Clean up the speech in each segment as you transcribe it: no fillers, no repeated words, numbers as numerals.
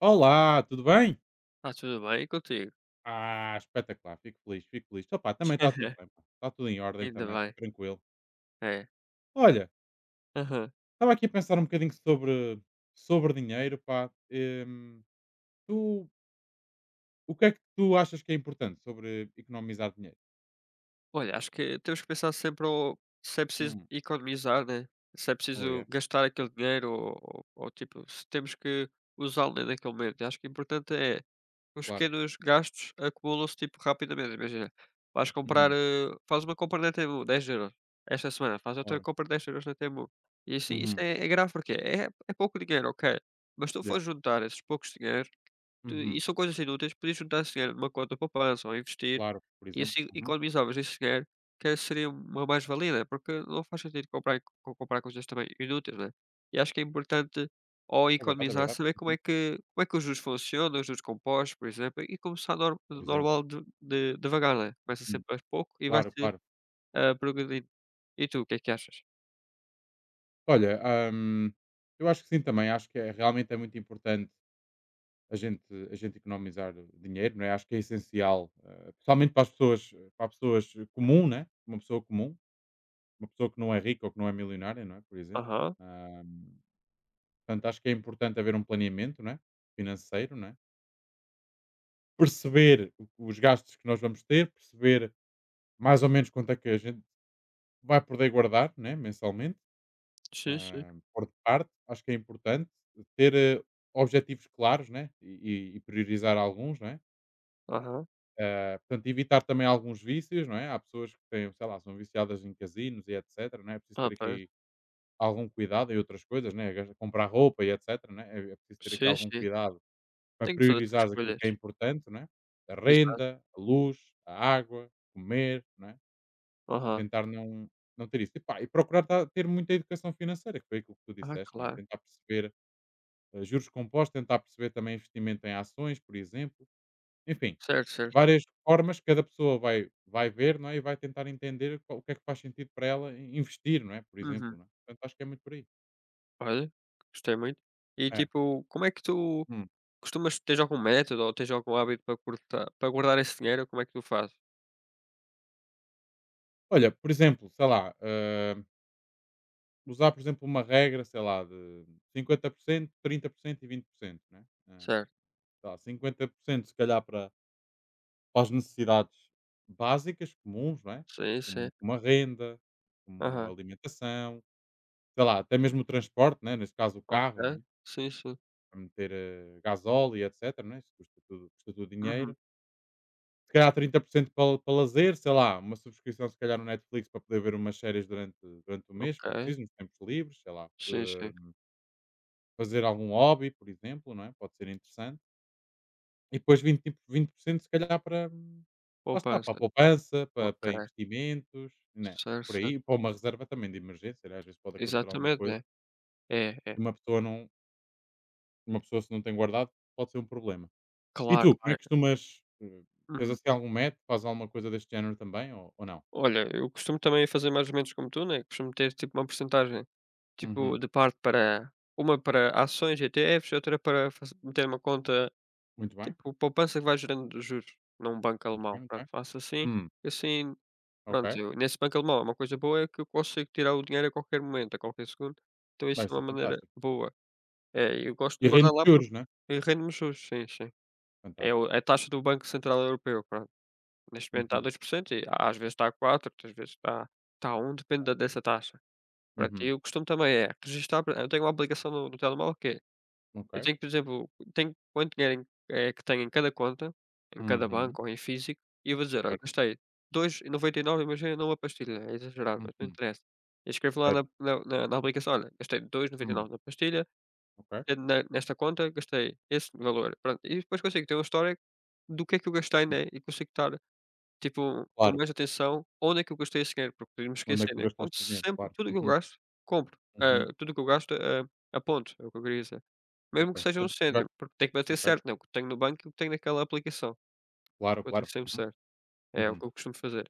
Olá, tudo bem? Está tudo bem e contigo? Ah, espetacular, fico feliz, fico feliz. Opá, também está tudo bem, pá. Está tudo em ordem Ainda também, tudo bem, tranquilo. é. Olha, Aham. estava aqui a pensar um bocadinho sobre dinheiro, pá. Tu, o que é que tu achas que é importante sobre economizar dinheiro? Olha, acho que temos que pensar sempre ou se é preciso Hum, economizar, né, se é oh yeah, preciso gastar aquele dinheiro ou tipo, se temos que usá-lo, né, naquele momento. Acho que o importante é os claro. pequenos gastos acumulam-se, tipo, rapidamente. Imagina, vais comprar, Uhum, faz uma compra na Temu, 10 euros esta semana, faz outra claro. compra de 10 euros na Temu. E assim, isso Uhum, é grave porque é pouco dinheiro, ok, mas se tu yeah. for juntar esses poucos dinheiros. E Uhum, são coisas assim, inúteis, podias juntar esse dinheiro numa conta de poupança ou investir, claro, por e exemplo. assim Uhum, economizavas esse dinheiro, que seria uma mais-valia, né, porque não faz sentido comprar coisas também inúteis, né. E acho que é importante, ao é verdade, é economizar, verdade. saber como Uhum, é que como é que os juros funcionam, os juros compostos, por exemplo, e começar nor por exemplo. normal de devagar, né. Começa Uhum, sempre aos pouco e claro, vai-se, claro. Progredindo. E tu, o que é que achas? Olha, hum, eu acho que sim também, acho que é, realmente é muito importante a gente, a gente economizar dinheiro, não é? Acho que é essencial, principalmente para para pessoas comum, né? Uma pessoa comum, uma pessoa que não é rica ou que não é milionária, não é? Por exemplo. Aham, Ahm, Portanto, acho que é importante haver um planeamento, não é? Financeiro, não é? Perceber os gastos que nós vamos ter, perceber mais ou menos quanto é que a gente vai poder guardar, né? Mensalmente, sim, sim. Por de parte. Acho que é importante ter objetivos claros, né? E priorizar alguns, né? Aham. Ah, portanto, evitar também alguns vícios, não é? Há pessoas que têm, sei lá, são viciadas em casinos e etc, não é? É preciso Ah, ter pois. aqui algum cuidado e outras coisas, né? Comprar roupa e etc, né? É preciso ter aqui Sim, algum sim. cuidado para Tenho que fazer essas priorizar aquilo escolhas. que é importante, não é? A Exato. renda, a luz, a água, comer, não é? E Aham. tentar não, não ter isso. E, pá, procurar ter muita educação financeira, que foi aquilo que tu Ah, disseste, não é? claro. Tentar perceber juros compostos, tentar perceber também investimento em ações, por exemplo, enfim, Certo, certo. várias formas que cada pessoa vai ver, não é, e vai tentar entender qual o que é que faz sentido para ela in investir, não é, por exemplo, Uhum. não é? Portanto, acho que é muito por aí. Olha, gostei muito. E É. tipo, como é que tu Hum. costumas tens algum método ou tens algum hábito para cortar, para guardar esse dinheiro? Como é que tu fazes? Olha, por exemplo, sei lá, usar, por exemplo, uma regra, sei lá, de 50% 30% e 20%, não é? Hã, Certo. sei lá, 50% se calhar para as necessidades básicas, comuns, não é, Sim, sim. como uma renda, como Aham. alimentação, sei lá, até mesmo o transporte, né é, neste caso o carro, Ok. né? Sim, sim. A meter, gasóleo e etcétera, né, isso custa tudo Uhum. dinheiro. Se calhar 30% para lazer, sei lá, uma subscrição se calhar no Netflix para poder ver umas séries durante o mês, se for Ok. preciso, nos tempos livres, sei lá, Sim, sim. fazer algum hobby, por exemplo, não é, pode ser interessante. E depois 20% se calhar para lá está, para a Poupança. poupança, para Ok. Investimentos, né, Certo, por aí, certo. para uma reserva também de emergência, né, às vezes pode acontecer alguma Exatamente, coisa, né? É, e é. uma pessoa não, uma pessoa se não tem guardado, pode ser um problema. E Claro, tu, como é que claro. costumas, tens Uhum. assim algum método, fazes alguma coisa deste género também ou não? Olha, eu costumo também fazer mais ou menos como tu, né? Costumo ter, tipo, uma porcentagem, tipo Uhum. de parte para uma para ações, ETFs, outra para meter uma conta. Muito bem, Tipo, poupança que vai gerando juros num banco muito alemão. bem, muito Pronto, bem. faço assim, Hum, e assim, pronto, ok. eu nesse banco alemão, uma coisa boa é que eu consigo tirar o dinheiro a qualquer momento, a qualquer segundo, então isso Vai é uma ser maneira fantástico. boa. É, eu gosto E de guardar rende lá porque juros, né? e rende-me juros, sim, sim. É o Fantástico. a taxa do Banco Central Europeu, pronto. Neste momento está a Uhum, 2% e às vezes está a 4, outras vezes está a 1, depende da dessa taxa. Pronto, uhum. e o costume também é registar, eu tenho uma aplicação no telemóvel que é, Ok. eu tenho que, por exemplo, tenho quanto dinheiro é que tenho em cada conta, em cada Uhum. banco ou em físico, e eu vou dizer: "Olha, Certo. gastei 2,99, imagina, numa pastilha", é exagerado, mas não Uhum. interessa. Eu escrevo lá Certo. na aplicação: "Olha, gastei Hum. 2,99 na pastilha, Ok. Ne nesta conta gastei esse valor", pronto. E depois consigo ter um histórico do que é que eu gastei, Hum. né, e consigo estar, tipo, com Claro. mais atenção onde é que eu gastei esse dinheiro, porque podia-me Onde é que esquecer, né. tu Eu aponto gastaste o dinheiro? sempre Claro. tudo o que eu Uhum. gasto, compro, Uhum. tudo o que eu gasto, aponto, é o que eu queria dizer. Ok. Mesmo que seja no Tudo que centro, tiveste. porque tem que bater Ok. certo, né, o que tenho no banco e o que tenho naquela aplicação, Claro, bater claro. sempre Uhum. certo. É o Uhum. que eu costumo fazer.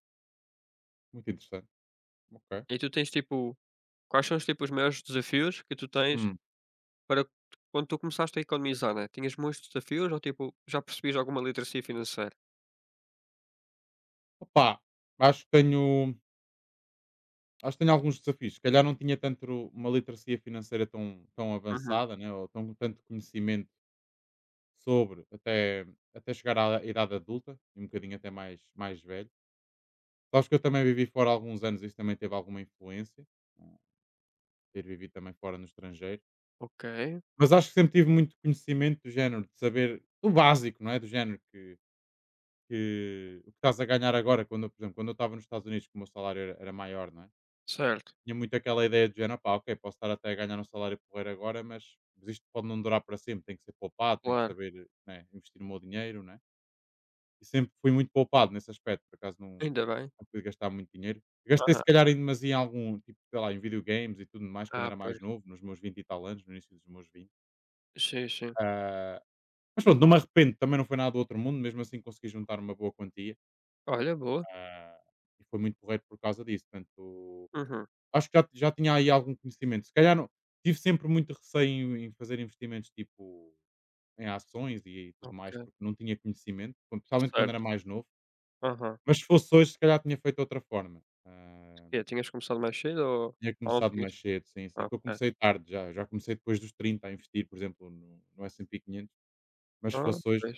Muito interessante. Ok. E tu tens, tipo, quais são os, tipo, os maiores desafios que tu tens Hum. para, quando tu começaste a economizar, né, tinhas muitos desafios ou, tipo, já percebias alguma literacia financeira? Opa, acho que tenho acho que tenho alguns desafios. Se calhar não tinha tanto uma literacia financeira tão, tão Uhum. avançada, né? Ou tanto conhecimento sobre até chegar à idade adulta e um bocadinho até mais, mais velho. Sabes que eu também vivi fora há alguns anos, isso também teve alguma influência, ah, ter vivido também fora no estrangeiro. Ok, Mas acho que sempre tive muito conhecimento do género, de saber o básico, não é? Do género que o que estás a ganhar agora, por exemplo, quando eu estava nos Estados Unidos, que o meu salário era maior, não é? certo, Tinha muito aquela ideia de género, pá, ok, posso estar até a ganhar um salário porreiro agora, mas isto pode não durar para sempre, tem que ser poupado, tem que claro, saber né, investir o meu dinheiro, né? E sempre fui muito poupado nesse aspecto, por acaso não, ainda bem. não fui gastar muito dinheiro. Gastei se Aham. calhar em demasia em algum, tipo, sei lá, em videogames e tudo mais, quando Ah, era mais pois. novo, nos meus 20 e tal anos, no início dos meus 20. Sim, sim. Ah, mas pronto, não me arrependo, também não foi nada do outro mundo, mesmo assim consegui juntar uma boa quantia. Olha, boa. ah, e foi muito porreiro por causa disso, portanto, Uhum. acho que já tinha aí algum conhecimento. Se calhar não tive sempre muito receio em fazer investimentos, tipo, em ações e tudo Ok, mais, porque não tinha conhecimento, quan principalmente quando era certo. mais novo. Aham. Mas se fosse hoje, se calhar tinha feito de outra forma. Ah, E tinhas começado mais cedo ou tinha não começado tinhas? mais cedo, sim, sim, que eu Ok. comecei tarde já. Já comecei depois dos 30 a investir, por exemplo, no S&P 500, mas se Ah, fosse hoje, pois.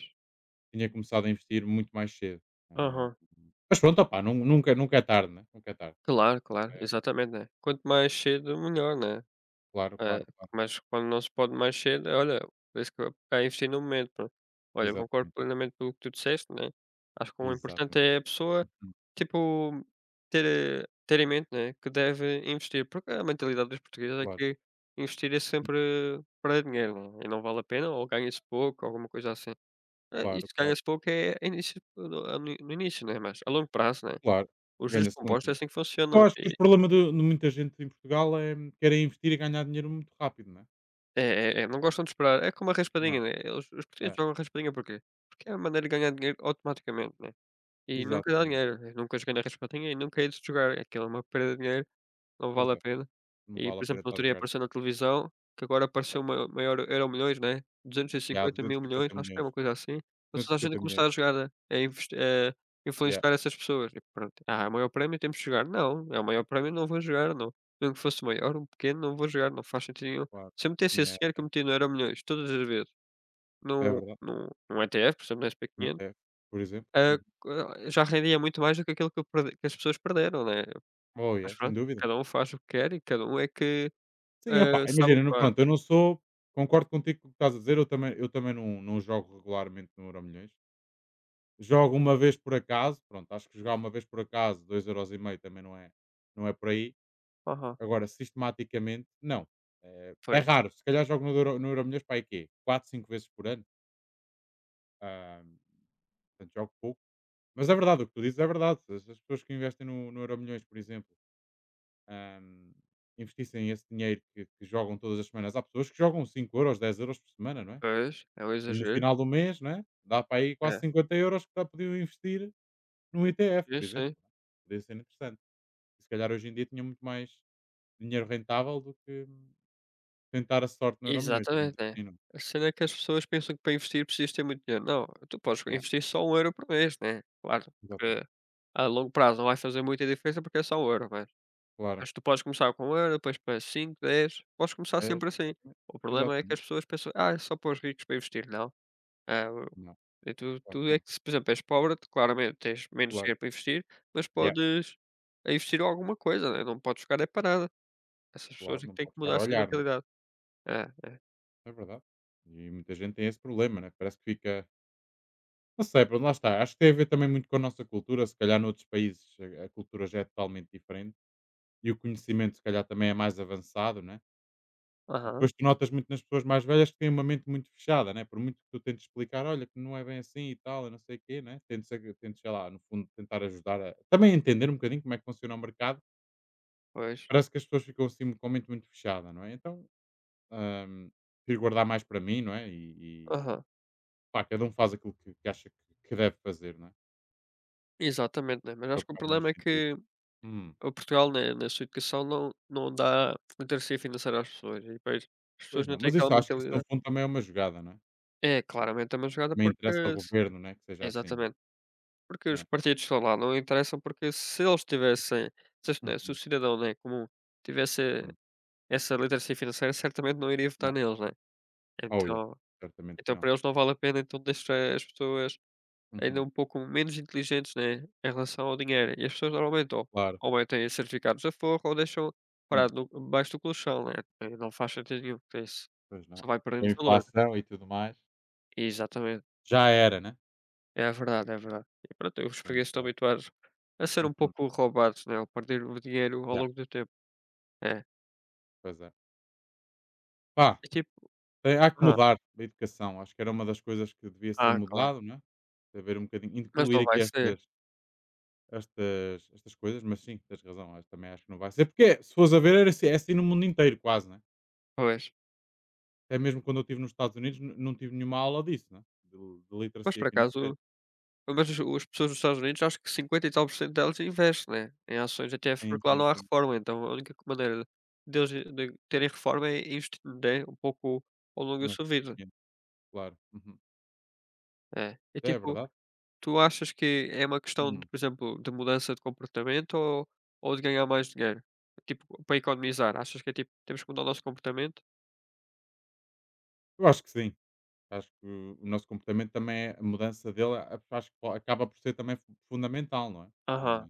tinha começado a investir muito mais cedo. Ah, Aham. mas pronto, opá, nunca é tarde, né, nunca é tarde. Claro, claro, É, exatamente, né. Quanto mais cedo, melhor, né. claro, Eh, claro, claro. mas quando não se pode mais cedo, é, olha, por isso que é investir no momento, pronto. Olha, eu concordo Exatamente, plenamente exatamente. com o que tu disseste, né. Acho que o importante Exatamente. é a pessoa, Hum, tipo, ter, ter em mente, né, que deve investir, porque a mentalidade dos portugueses é claro. que investir é sempre para dinheiro, né, e não vale a pena ou ganha-se pouco, alguma coisa assim. E Claro, claro, ganha-se pouco é início no início, né, mas a longo prazo, né, claro. os juros Ganha-se muito, compostos é não é? assim que funcionam. Eu acho que o problema de muita gente em Portugal é querem investir e ganhar dinheiro muito rápido, não é? É, é, é, não gostam de esperar. É como a raspadinha, Não, né, eles os portugueses é, jogam raspadinha porquê? Porque é a maneira de ganhar dinheiro automaticamente, né, e nunca dá exatamente. dinheiro. Eu nunca joguei na raspadinha e nunca hei de jogar, aquilo é uma perda de dinheiro. Não Pois vale a é, pena. não E, vale por a pena exemplo, no estar a outro dia jogar. apareceu na televisão que agora apareceu ma maior euro milhões, né, duzentos e Yeah, cinquenta mil milhões acho 250.000.000, que é uma milhões coisa assim, para duzentos e toda a gente cinquenta milhões. começar a jogar, a Yeah, influenciar essas pessoas. E pronto: "Ah, é o maior prémio, temos que jogar". "Não, é o maior prémio, não vou jogar, não. Mesmo que fosse maior um pequeno, não vou jogar, não faz sentido nenhum". claro. Se eu metesse esse Yeah, dinheiro que eu meti no euro milhões todas as vezes é num verdade. num num ETF, por exemplo, no SP500, Até, por exemplo. Uhum. ah, co já rendia muito mais do que aquilo que eu perde que as pessoas perderam, né. Oh yeah, Mas sem pronto, dúvida. cada um faz o que quer e cada um é que, Sim, opá, sabe o imagina, que não faz. pronto, eu não sou concordo contigo com o que estás a dizer, eu também não não jogo regularmente no Euromilhões. Jogo uma vez por acaso, pronto, acho que jogar uma vez por acaso, 2,50 € também não é, não é por aí. Aham. Agora, sistematicamente, não. É, Pois, raro, se calhar jogo no Euromilhões para aí quê? 4, 5 vezes por ano. Ah, portanto, jogo pouco. Mas é verdade, o que tu dizes é verdade. As pessoas que investem no Euromilhões, por exemplo, ah, investissem esse dinheiro que jogam todas as semanas. Há pessoas que jogam 5 euros, 10 € por semana, não é? pois, é um No exagero. final do mês, não é? Dá para aí quase É. 50 € que já podiam investir num ETF, Sim, por exemplo. sim. Não é? Podia ser interessante. E se calhar hoje em dia tinha muito mais dinheiro rentável do que tentar a sorte no Euromilhões, Exatamente, digamos é. assim, não é? A cena é que as pessoas pensam que para investir precisas ter muito dinheiro. Não, tu podes Yeah, investir só 1 euro por mês, né. Claro que exatamente, a longo prazo não vai fazer muita diferença porque é só 1€, mas claro. mas tu podes começar com 1 euro, depois para 5, 10, podes começar É, sempre assim. exatamente, O problema é que as exatamente. pessoas pensam: "Ah, é só para os ricos para investir". Não. É Não, E tu claro tu que é não, que, se, por exemplo, és pobre, tu claramente tens menos claro. dinheiro para investir, mas Yeah, podes investir em alguma coisa, né, não podes ficar é parada. Essas pessoas claro, é que não têm que pode ficar mudar a essa olhar, não é? mentalidade. É, é. É verdade. E muita gente tem esse problema, né? Parece que fica. Não sei, pronto, lá está. Acho que tem a ver também muito com a nossa cultura. Se calhar noutros países a cultura já é totalmente diferente e o conhecimento, se calhar, também é mais avançado, né? E Aham, depois tu notas muito nas pessoas mais velhas que têm uma mente muito fechada, né? Por muito que tu tentes explicar, olha, que não é bem assim e tal, e não sei o quê, né? Tentes, sei lá, no fundo, tentar ajudar a também entender um bocadinho como é que funciona o mercado. pois. Parece que as pessoas ficam assim com a mente muito fechada, não é? Então, hum, prefiro guardar mais para mim, não é? E, e Aham. pá, cada um faz aquilo que acha que deve fazer, não é? Exatamente, né, mas É o acho que que o faz mais problema é sentido. que Hum, o Portugal, né, na sua educação não dá literacia financeira às pessoas e depois as pois pessoas não não, têm mas isso aquela acho que isso no mentalidade. fundo também é uma jogada, não é? É, claramente é uma jogada Também porque interessa ao s governo, não é? Que seja assim, não é? exatamente, porque os É. partidos estão lá, não interessam porque se eles tivessem, se as né, se o Uhum, cidadão, né, comum tivesse. uhum, Essa literacia financeira certamente não iria votar yeah. neles, né. Oh, yeah. Então Certamente que então não. para eles não vale a pena, então deixa as pessoas ainda Uhum, um pouco menos inteligentes, né, em relação ao dinheiro. E as pessoas normalmente ou claro. Metem certificados a forro ou deixam Hum, parado no debaixo do colchão, né, não faz sentido nenhum, porque isso pois não. só vai Com a perdendo valor. inflação e tudo mais. Exatamente. Já era, né. É verdade, é verdade. E pronto, os portugueses Portanto, estão habituados a ser um uhum, pouco roubados, né, ou perder o dinheiro ao yeah, longo do tempo. É. pois é. Pá, É tipo tem há que ah, mudar a educação, acho que era uma das coisas que devia ser claro. mudado, não é. Haver um bocadinho Mas incluir não aqui vai ser. estas coisas, mas sim, tens razão, acho também acho que não vai ser, porque se fores a ver era assim é assim no mundo inteiro quase, né. Pois. Até mesmo quando eu estive nos Estados Unidos não não tive nenhuma aula disso, né, de Mas literacia por financeira. acaso Mas as pessoas dos Estados Unidos, acho que 50 e tal por cento delas investe, né, em ações ETFs, Sim, porque lá sim, não há sim. reforma, então a única maneira deles de terem reforma é investindo, né, um pouco ao longo da Não é sua assim vida. pequeno, claro. Uhum. É. E É tipo, verdade? tu achas que é uma questão de, Hum, por exemplo, de mudança de comportamento ou de ganhar mais dinheiro? Tipo, para economizar, achas que é tipo, temos que mudar o nosso comportamento? eu acho que sim. Acho que o nosso comportamento também é a mudança dele, acho que acaba por ser também fundamental, não é? Ah, Aham,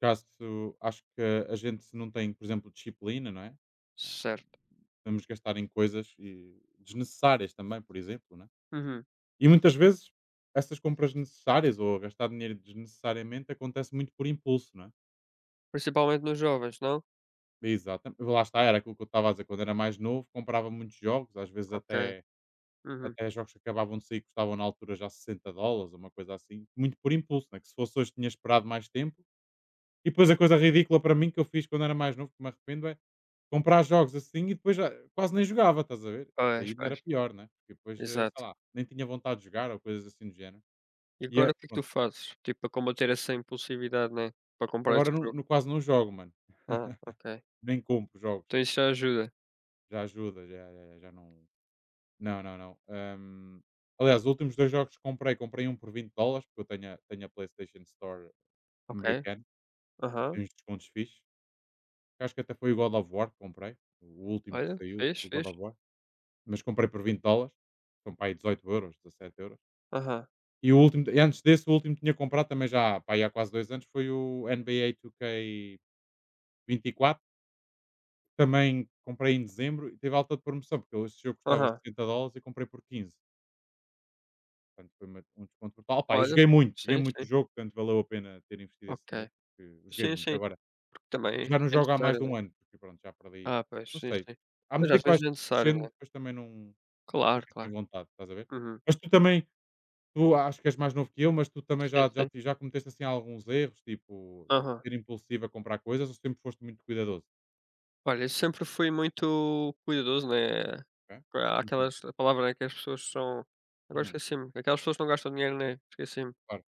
Caso acho que a gente se não tem, por exemplo, disciplina, não é? Ah, certo. Vamos gastar em coisas desnecessárias também, por exemplo, não é? Uhum. E muitas vezes essas compras necessárias ou gastar dinheiro desnecessariamente acontece muito por impulso, não é? Principalmente nos jovens, não? Exato. Lá está, era aquilo que eu estava a dizer quando era mais novo, comprava muitos jogos, às vezes Ok. até Uhum. Até jogos que acabavam de sair custavam na altura já US$ 60, uma coisa assim, muito por impulso, né, que se fosse hoje tinha esperado mais tempo. E depois a coisa ridícula para mim que eu fiz quando era mais novo, que me arrependo, é comprar jogos assim e depois já quase nem jogava, estás a ver? Isso aí Pois, ainda pois. era pior, né? Porque depois, sei Exato. lá, nem tinha vontade de jogar ou coisas assim do género. E E agora é, o que é que tu pronto, fazes? Tipo, para combater essa impulsividade, né, para comprar esse agora não, jogo? Quase não jogo, mano. Ah, ok. Nem compro jogos. Então isso já ajuda. Já ajuda, já, já, já não. Não, não, não. Aliás, os últimos dois jogos que comprei, comprei um por US$ 20, porque eu tenho a PlayStation Store Ok. americana. Aham. Tem uns descontos fixes. Acho que até foi o God of War que comprei, o último que Olha, saiu fez do God fez of War, mas comprei por US$ 20, são para aí dezoito euros, 17€. Aham, E o último, e antes desse, o último que tinha comprado também já, pá, aí há quase 2 anos, foi o NBA 2 k vinte e quatro, também comprei em dezembro e teve alta de promoção, porque esse jogo custava aham. US$ 60 e comprei por 15. Portanto, foi um desconto total. Pá, e Olha, joguei sim, muito o sim. jogo, portanto valeu a pena ter investido esse Ok. dinheiro, porque eu joguei Sim, muito. sim, Agora, porque também já não é jogo há mais necessário, de né. um ano, porque pronto, já perdi Ah, pois, não sim, sei, sim. à Mas medida às que vais vezes é necessário, crescendo, né. depois também não Claro, ficas sem claro. vontade, estás a ver? Uhum. Mas tu também, tu acho que és mais novo que eu, mas tu também Sim, já já sim. ti já cometeste, assim, alguns erros, tipo, de Aham. ser impulsivo a comprar coisas ou sempre foste muito cuidadoso? Olha, eu sempre fui muito cuidadoso, né, Ok. há Uhum. aquelas, a palavra, né, que as pessoas são, agora Hum, esqueci-me, aquelas pessoas que não gastam dinheiro, né, esqueci-me. claro.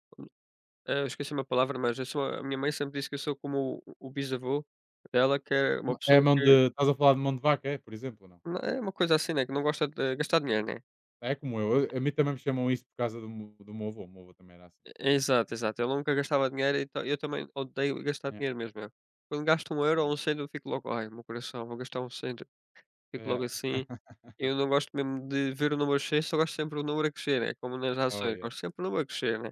Eu esqueci uma palavra, mas eu sou a minha mãe sempre disse que eu sou como o bisavô dela, que é uma É a pessoa mão de que estás a falar de mão de vaca, é, por exemplo, não? na é uma coisa assim, né, que não gosta de gastar dinheiro, né. É como eu a mim também me chamam isso por causa do meu avô, o meu avô também era assim. É, Uhum. exato, exato. Eu nunca gastava dinheiro, então eu também odeio gastar É, dinheiro mesmo, eu. Quando gasto um euro também ou um cento eu fico logo: "Ai, meu coração, vou gastar um cento", não fico logo é, assim. Eu não gosto mesmo de ver o número a descer, só gosto sempre o número a crescer, né, como nas oh, ações, yeah, gosto sempre o número a crescer, né.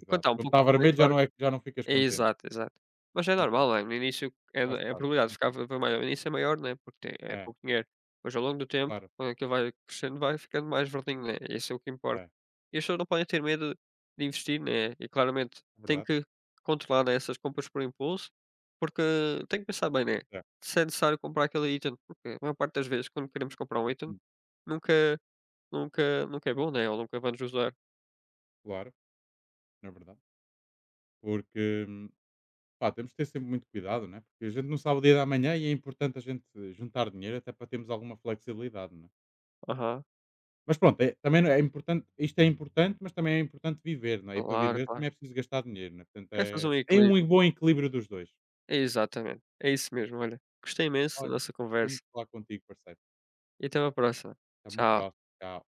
E quando está um Quando pouco. está vermelho já não ficas contente. Exato, exato. Mas é Uhum. normal, é, no início é Faz é a parte. probabilidade de ficar vermelho no início é maior, né, porque tem é É, pouco dinheiro. Mas ao longo do tempo, claro. quando aquilo vai crescendo, vai ficando mais verdinho, né, isso é o que importa. É, E as pessoas não podem ter medo de investir, né, e claramente é tem verdade. que controlar, né, essas compras por impulso, porque tem que pensar bem, né, É. se é necessário comprar aquele item, porque a maior parte das vezes quando queremos comprar um item, Hum. nunca nunca nunca é bom, né, ou nunca vamos usar. Claro, é verdade. Porque, pá, temos de ter sempre muito cuidado, né? Porque a gente não sabe o dia da manhã e é importante a gente juntar dinheiro até para termos alguma flexibilidade, né? Aham, Mas pronto, é, também é importante, isto é importante, mas também é importante viver, não é? E para claro, viver claro. também é preciso gastar dinheiro, né? Portanto, É é, fazer um é um equilíbrio. bom equilíbrio dos dois. Exatamente, é isso mesmo. Olha, gostei imenso da Olha, nossa foi muito conversa falar contigo, parceiro. e até uma próxima. Até uma próxima. Tchau. Tchau.